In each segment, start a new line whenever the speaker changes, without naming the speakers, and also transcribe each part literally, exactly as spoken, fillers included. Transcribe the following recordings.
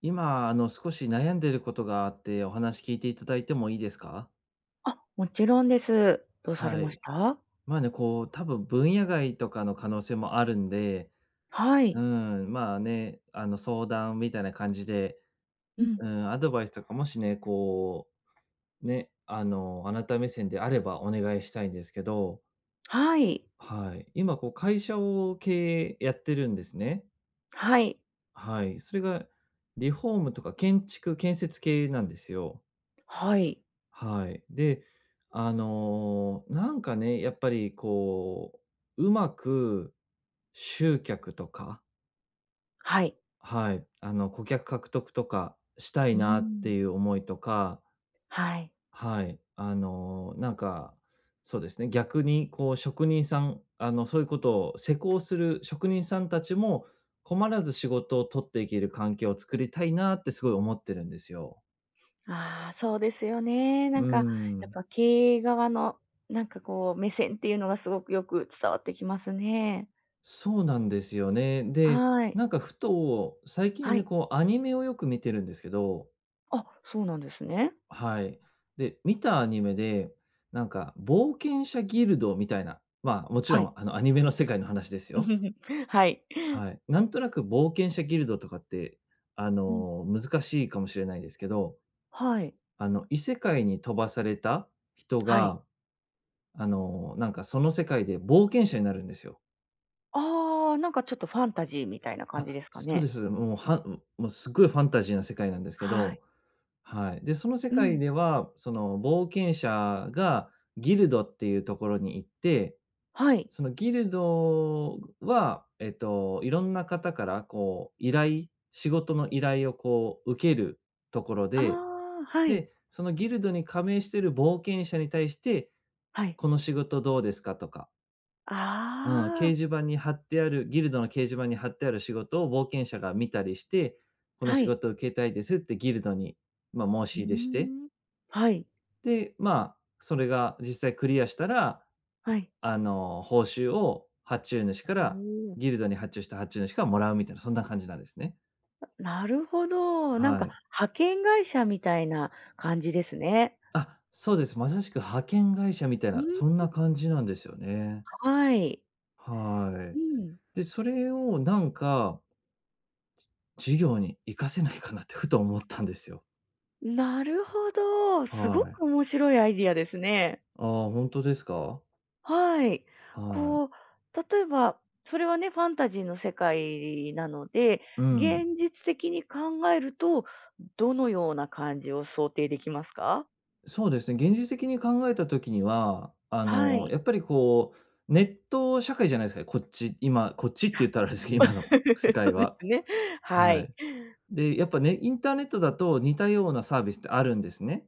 今、あの、少し悩んでることがあって、お話聞いていただいてもいいですか？
あ、もちろんです。どうされ
は
まし
い。
た？
まあね、こう、多分分野外とかの可能性もあるんで、
は
う
い。
ん、まあね、あの、相談みたいな感じで、
うん。
うん、アドバイスとかもしね、こう、ね、あの、あなた目線であればお願いしたいんですけど、
はい。
はい。今、こう、会社を経営やってるんですね。
はい。
はい。それがリフォームとか建築、建設系なんですよ。
はい。
はい。で、あの、なんかね、やっぱりこう、うまく集客とか、
はい。
はい、あの、顧客獲得とかした
う
い
ー
なって
ん。
いう思いとか、
はい。
はい、あの、なんか、そうですね、逆にこう、職人さん、あの、そういうことを施工する職人さんたちも困らず仕事を取っていける環境を作りたいなってすごい思ってるんですよ。
ああ、そうですよね。な
う
んか、やっ
ん。
ぱ経営側の、なんかこう、目線っていうのがすごくよく伝わってきますね。
そうなんですよね。で、
はい。
なんかふと、最近
は
ね、
い。
こうアニメをよく見てるんですけど、
あ、そうなんですね。
はい。で、見たアニメで、なんか冒険者ギルドみたいな、まあ、もち
は
ろ
い。
んあのアニメの世界の話ですよ。
はい。
はい。なんとなく冒険者ギルドとかって、あ
うん。
の、難しいかもしれないですけど、
はい。
あの、異世界に飛ばされた人
はい。
が、あの、なんかその世界で冒険者になるんですよ。
ああ、なんかちょっとファンタジーみたいな感じ
あ、
ですか
そう
ね。
です。もうはもうすっごいファンタジーな世界なんですけ
はい。
ど、はい。で、その世
う
界
ん。
では、その冒険者がギルドっていうところに行って、
はい。
そのギルドは、えっと、いろんな方からこう依頼、仕事の依頼をこう受けるところ
あ
で、
あ、はい。
で、そのギルドに加盟している冒険者に対して、
はい。
この仕事どうですかとか、うん、
あ
掲示
あ、
板に貼ってある、ギルドの掲示板に貼ってある仕事を冒険者が見たりして、この
は
仕
い。
事を受けたいですってギルドに、まあ、申
う
し出して、
ーん。はい、
で、まあ、それが実際クリアしたら、
はい。
あの、報酬を発注主
お
から、
お。
ギルドに発注した発注主からもらうみたいな、そんな感じなんですね。
なるほど。なん
は
か
い。
派遣会社みたいな感じですね。
あ、そうです。まさしく派遣会社みたい
う
な、
ん。
そんな感じなんですよね。
はい。
は
うん。
い。で、それをなんか、事業に活かせないかなってふと思ったんですよ。
なるほど。す
は
ごく
い。
面白いアイディアですね。
ああ、本当ですか？
はい。
はい。
こう、例えば、それはね、ファンタジーの世界なので、
うん。
現実的に考えると、どのような感じを想定できますか？
そうですね、現実的に考えた時には、あ
は
の、
い。
やっぱりこう、ネット社会じゃないですかね、こっち、今、こっちって言ったらあれですけ
あ、
ど、今の世
そ
界
うで
は。
すね。は
は
い。
い。で、やっぱね、インターネットだと似たようなサービスってあるんですね。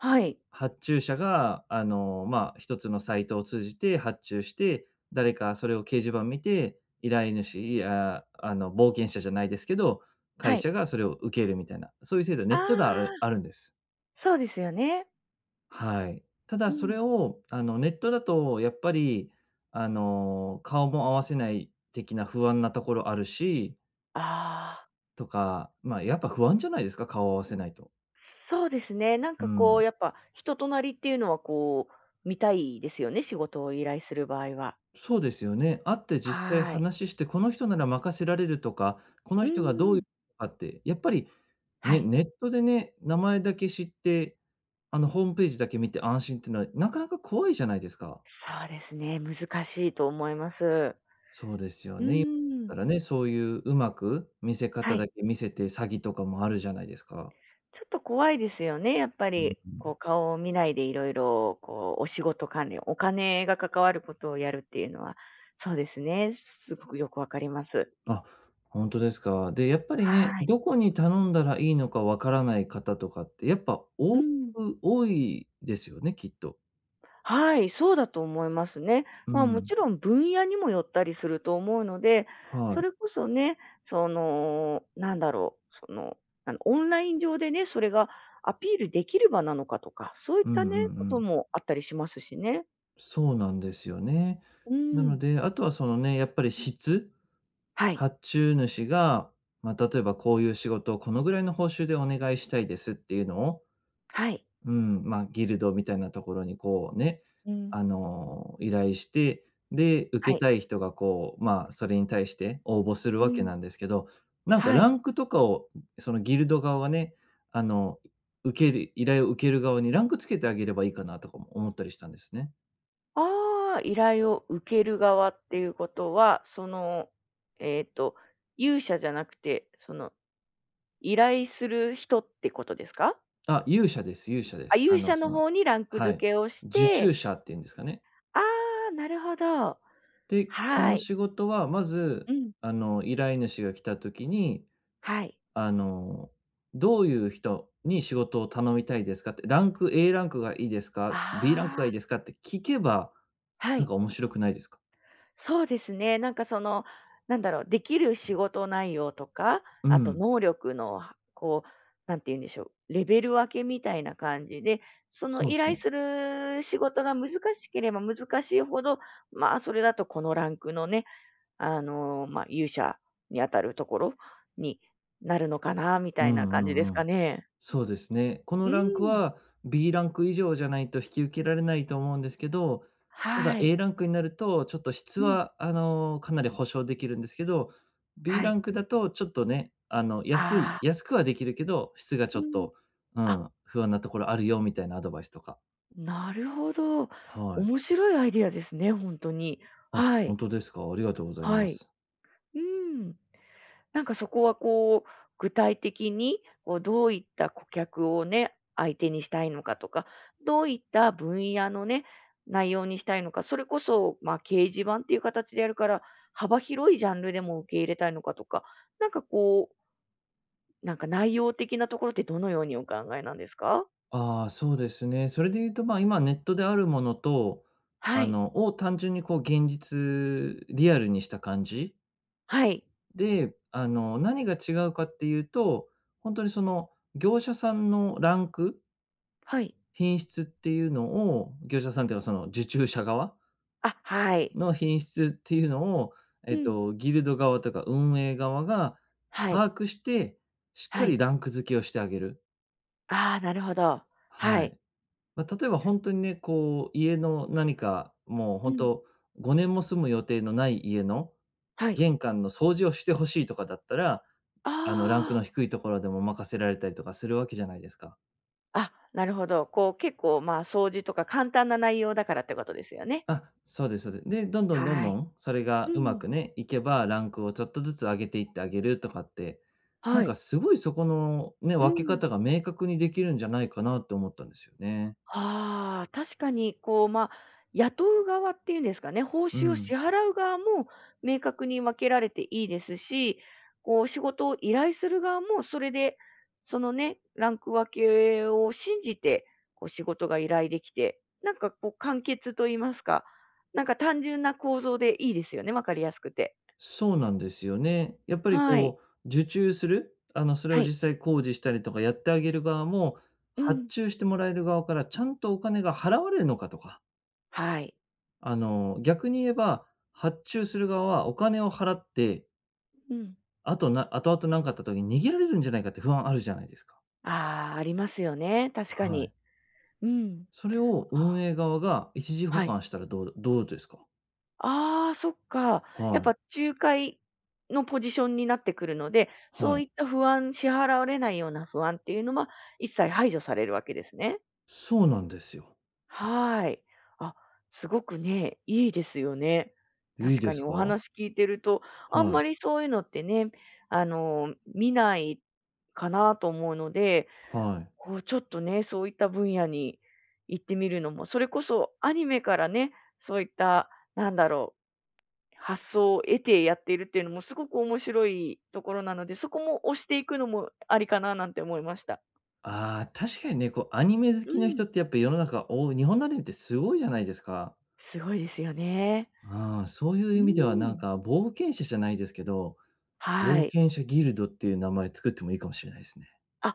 はい。
発注者が、あの、まあ、一つのサイトを通じて発注して、誰かそれを掲示板見て、依頼主や、あの、冒険者じゃないですけど、
は
会
い。
社がそれを受けるみたいな、そういう制度はネ
あ
ットではある
あ、
あるんです。
そうですよね。
はい。ただ
う
そ
ん。
れを、あの、ネットだとやっぱり、あの、顔も合わせない的な不安なところあるし、
ああ、
とか、まあ、やっぱ不安じゃないですか、顔を合わせないと。
そうですね。なん
う
かこう、
ん。
やっぱ人となりっていうのはこう、見たいですよね、仕事を依頼する場合は。
そうですよね。会って実際
はい。
話して、この人なら任せられるとか、こ
う
の人がどういう
ん。
人かって、やっぱり、
は
ね、
い。
ネットでね、名前だけ知って、あの、ホームページだけ見て安心っていうのは、なかなか怖いじゃないですか。
そうですね、難しいと思います。
そうですよ
う
ね。今
ん。
だったらね、そういううまく見せ
は
方
い。
だけ見せて詐欺とかもあるじゃないですか。
ちょっと怖いですよね、やっぱ
うん
り。
う
こう
ん。
顔を見ないでいろいろこうお仕事関連、お金が関わることをやるっていうのは、そうですね、すごくよくわかります。
あ、本当ですか。で、やっぱりね、
はい。
どこに頼んだらいいのかわからない方とかって、やっぱ
う
多く
ん。
多いですよね、きっと。
はい、そうだと思いますね。
う
まあも
ん。
ちろん分野にもよったりすると思うので、
は
そ
い。
れこそね、その、なんだろう、その、あのオンライン上でね、それがアピールできる場なのかとか、そういっ
うん
た
う
ね、こ
んう
と
ん。
もあったりしますしね。
そうなんですよね。
う
なの
ん。
で、あとはそのね、やっぱり質、
はい。
発注主が、まあ、例えばこういう仕事をこのぐらいの報酬でお願いしたいですっていうのを、
はい。
うん、まあ、ギルドみたいなところにこうね、
うん。
あの、依頼して、で、受
は
け
い。
たい人がこう、まあ、それに対して応募する
う
わけ
ん。
なんですけど、なんか
はい。
ランクとかを、そのギルド側はね、あの、受ける依頼を受ける側にランクつけてあげればいいかなとかも思ったりしたんですね。
ああ、依頼を受ける側っていうことは、その、えっと、勇者じゃなくて、その、依頼する人ってことですか？
あ、勇者です、勇者で
あ、
す。
勇
あ
者
の、そ
の
の、
方にランク
は
付
い。
けをし
受注
て、
者っていうんですかね。
ああ、なるほど。
で、こ
は
の
い。
仕事はま
う
ず、
ん。
あの、依頼主が来た時に、
はい。
あの、どういう人に仕事を頼みたいですかって、ランク A ランクがいいですか？B ランクが
あ
いいですか？って聞けば、
あ、は
なん
い。
か面白くないですか？
そうですね。なんかその、なんだろう、できる仕事内容とか、
う
あと
ん、
能力の、はこう、なんて言うんでしょう、レベル分けみたいな感じで、その
そう
依
そ
頼
う。
する仕事が難しければ難しいほど、まあ、それだとこのランクのね、あの、まあ、勇者にあたるところになるのかな、みた
う
いな
んう
感じです
んう
か
ん。
ね。
そうですね。この
うー
ランク
ん。
は B ランク以上じゃないと引き受けられないと思うんですけど、ただ
はい。
A ランクになると、ちょっと質
うん。
は、あの、かなり保証できるんですけど、B
は
ラ
い。
ンクだとちょっとね、あの、安
あ
い
あ。
安くはできるけど、質がち
う
ょっ
ん。
と、う
あ、
ん、不安なところあるよみたいなアドバイスとか。
なるほど。
はい。
面白いアイディアですね、本当に。
あ、
は
本
い。
当ですか。ありがとうござい
は
ま
い。
す。
うん。なんかそこはこう、具体的に、こうどういった顧客をね、相手にしたいのかとか、どういった分野のね、内容にしたいのか、それこそ、まあ、掲示板っていう形でやるから、幅広いジャンルでも受け入れたいのかとか、なんかこう、なんか内容的なところってどのようにお考えなんですか？
ああ、そうですね。それで言うと、まあ、今ネットであるものと、
は
あ
い。
の、を単純にこう現実リアルにした感じ
はい。
で、あの、何が違うかっていうと、本当にその業者さんのランク、
はい。
品質っていうのを、業者さんっていうかその受注者側
あ、はい。
の品質っていうのを、
う
えっ
ん。
と、ギルド側とか運営側が
はい。
把握して、しっ
は
かり
い。
ランク付けをしてあげる。
ああ、なるほど。は
は
い。
い。まあ、例えば本当にね、こう、家の何か、もう
う
本
ん。
当とごねんも住む予定のない家の
はい。
玄関の掃除をしてほしいとかだったら、あの、ランク
あ
の低いところでも任せられたりとかするわけじゃないですか。
あ、あ、なるほど。こう結構、まあ、掃除とか簡単な内容だからってことですよね。
あ、そうですそうです。で、どんどんどん
は
ど
い。
ん、それが
う
うま
ん。
くね、いけば、ランクをちょっとずつ上げていってあげるとかって、な
は
んか
い。
すごいそこのね、
う
分け
ん。
方が明確にできるんじゃないかなと思ったんですよね。
ああ、確かに、こう、まあ、雇う側っていうんですかね、報
う
酬を支
ん。
払う側も明確に分けられていいですし、こう、仕事を依頼する側もそれで、そのね、ランク分けを信じて、こう、仕事が依頼できて、なんか、こう、簡潔と言いますか、なんか、単純な構造でいいですよね、わかりやすくて。
そうなんですよね。やっぱり
はい。
こう、受注する、あの、それ
は
を
い。
実際工事したりとかやってあげる側も、
う
発
ん。
注してもらえる側からちゃんとお金が払われるのかとか、
はい。
あの、逆に言えば、発注する側はお金を払って、
うん。
あとな後々何かあった時に逃げられるんじゃないかって不安あるじゃないですか。
ああ、ありますよね、確か
は
に。
い。
うん。
それを
あ、
運営側が一時保
はい。
管したらどうどうですか？
ああ、そっか。やっ
はい、
ぱ仲介のポジションになってくるので、そ
は
うい
い。
った不安支払われないような不安っていうのは、一切排除されるわけですね。
そうなんですよ。
はい。あ、すごくね、いいですよね。
いい
確か
で
に
す
お
か？
話聞いてると、あん
は
ま
い、
りそういうのってね、あの、見ないかなと思うので、
はい。
こうちょっとね、そういった分野に行ってみるのも、それこそアニメからね、そういった、なんだろう、発想を得てやっているっていうのもすごく面白いところなので、そこも押していくのもありかななんて思いました。
ああ、確かにね、こうアニメ好
う
きの
ん。
人ってやっぱ世の中、お日本のアニメってすごいじゃないですか。
すごいですよね。
ああ、そういう
う
意味では
ー
なん
ん。
か冒険者じゃないですけど、
は
冒
い。
険者ギルドっていう名前作ってもいいかもしれないですね。
あ、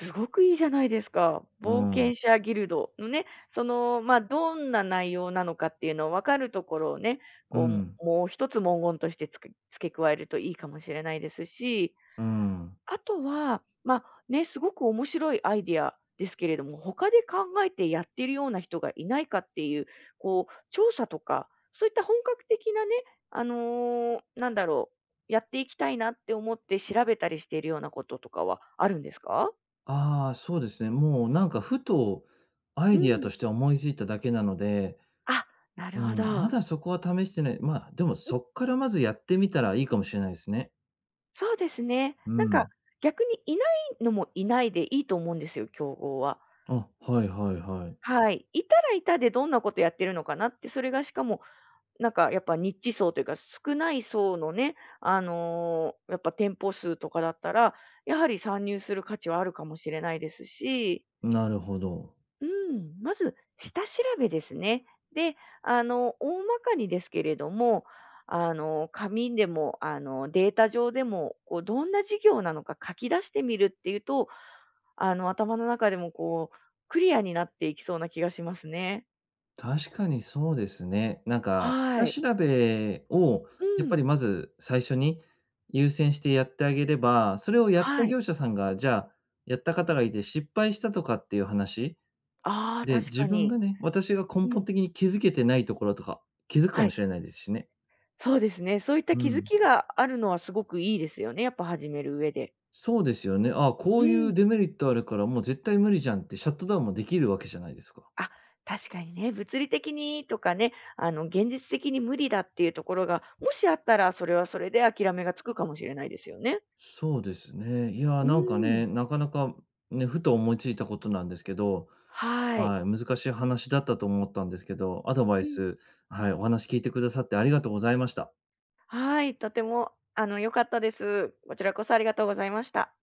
すごくいいじゃないですか。
う
冒
ん。
険者ギルドのね、その、まあ、どんな内容なのかっていうのを分かるところをね、
う
こ
ん。
う、もう一つ文言としてつけ付け加えるといいかもしれないですし、
うん。
あとは、ま、ね、すごく面白いアイディアですけれども、他で考えてやってるような人がいないかっていう、こう、調査とか、そういった本格的なね、あの、なんだろう、やっていきたいなって思って調べたりしているようなこととかはあるんですか？
ああ、そうですね。もうなんかふとア
う
イディア
ん。
として思いついただけなので、
あ、な
う
るほ
ん、ま
ど。
だそこは試してない。まあ、でもそっからまずやってみたらいいかもしれないですね。
そうですね。
う
なんか、
ん。
逆にいないのもいないでいいと思うんですよ、競合は。
あ、はいはいはい。
はい。いたらいたでどんなことやってるのかなって、それがしかもなんかやっぱニッチ層というか、少ない層のね、あの、やっぱ店舗数とかだったら、やはり参入する価値はあるかもしれないですし、
なるほど。
うん、まず下調べですね。で、あの、大まかにですけれども、あの、紙でも、あの、データ上でも、こう、どんな事業なのか書き出してみるっていうと、あの、頭の中でもこう、クリアになっていきそうな気がしますね。
確かにそうですね。なんか、
は
下
い。
調べを
う
やっぱ
ん。
りまず最初に優先してやってあげれば、それをやった
はい。
業者さんが、じゃあ、やった方がいて失敗したとかっていう話
ああ、
で、
確
自
か
分
に。
がね、私が根
うん。
本的に気づけてないところとか、気づくか
は
も
い。
しれないですしね。
そうですね。そういった
う
気づ
ん。
きがあるのはすごくいいですよね、やっぱ始める上で。
そうですよね。あこ
う
ういう
ん。
デメリットあるから、もう絶対無理じゃんってシャットダウンもできるわけじゃないですか。
あ、確かにね、物理的にとかね、あの、現実的に無理だっていうところが、もしあったらそれはそれで諦めがつくかもしれないですよね。
そうですね。いやー、
う
なんか
ん。
ね、なかなかね、ふと思いついたことなんですけど、
はい。
はい、難しい話だったと思ったんですけど、アドバ
う
イ
ん。
ス、はい、お話聞いてくださってありがとうございました。
はい、とてもあの良かったです。こちらこそありがとうございました。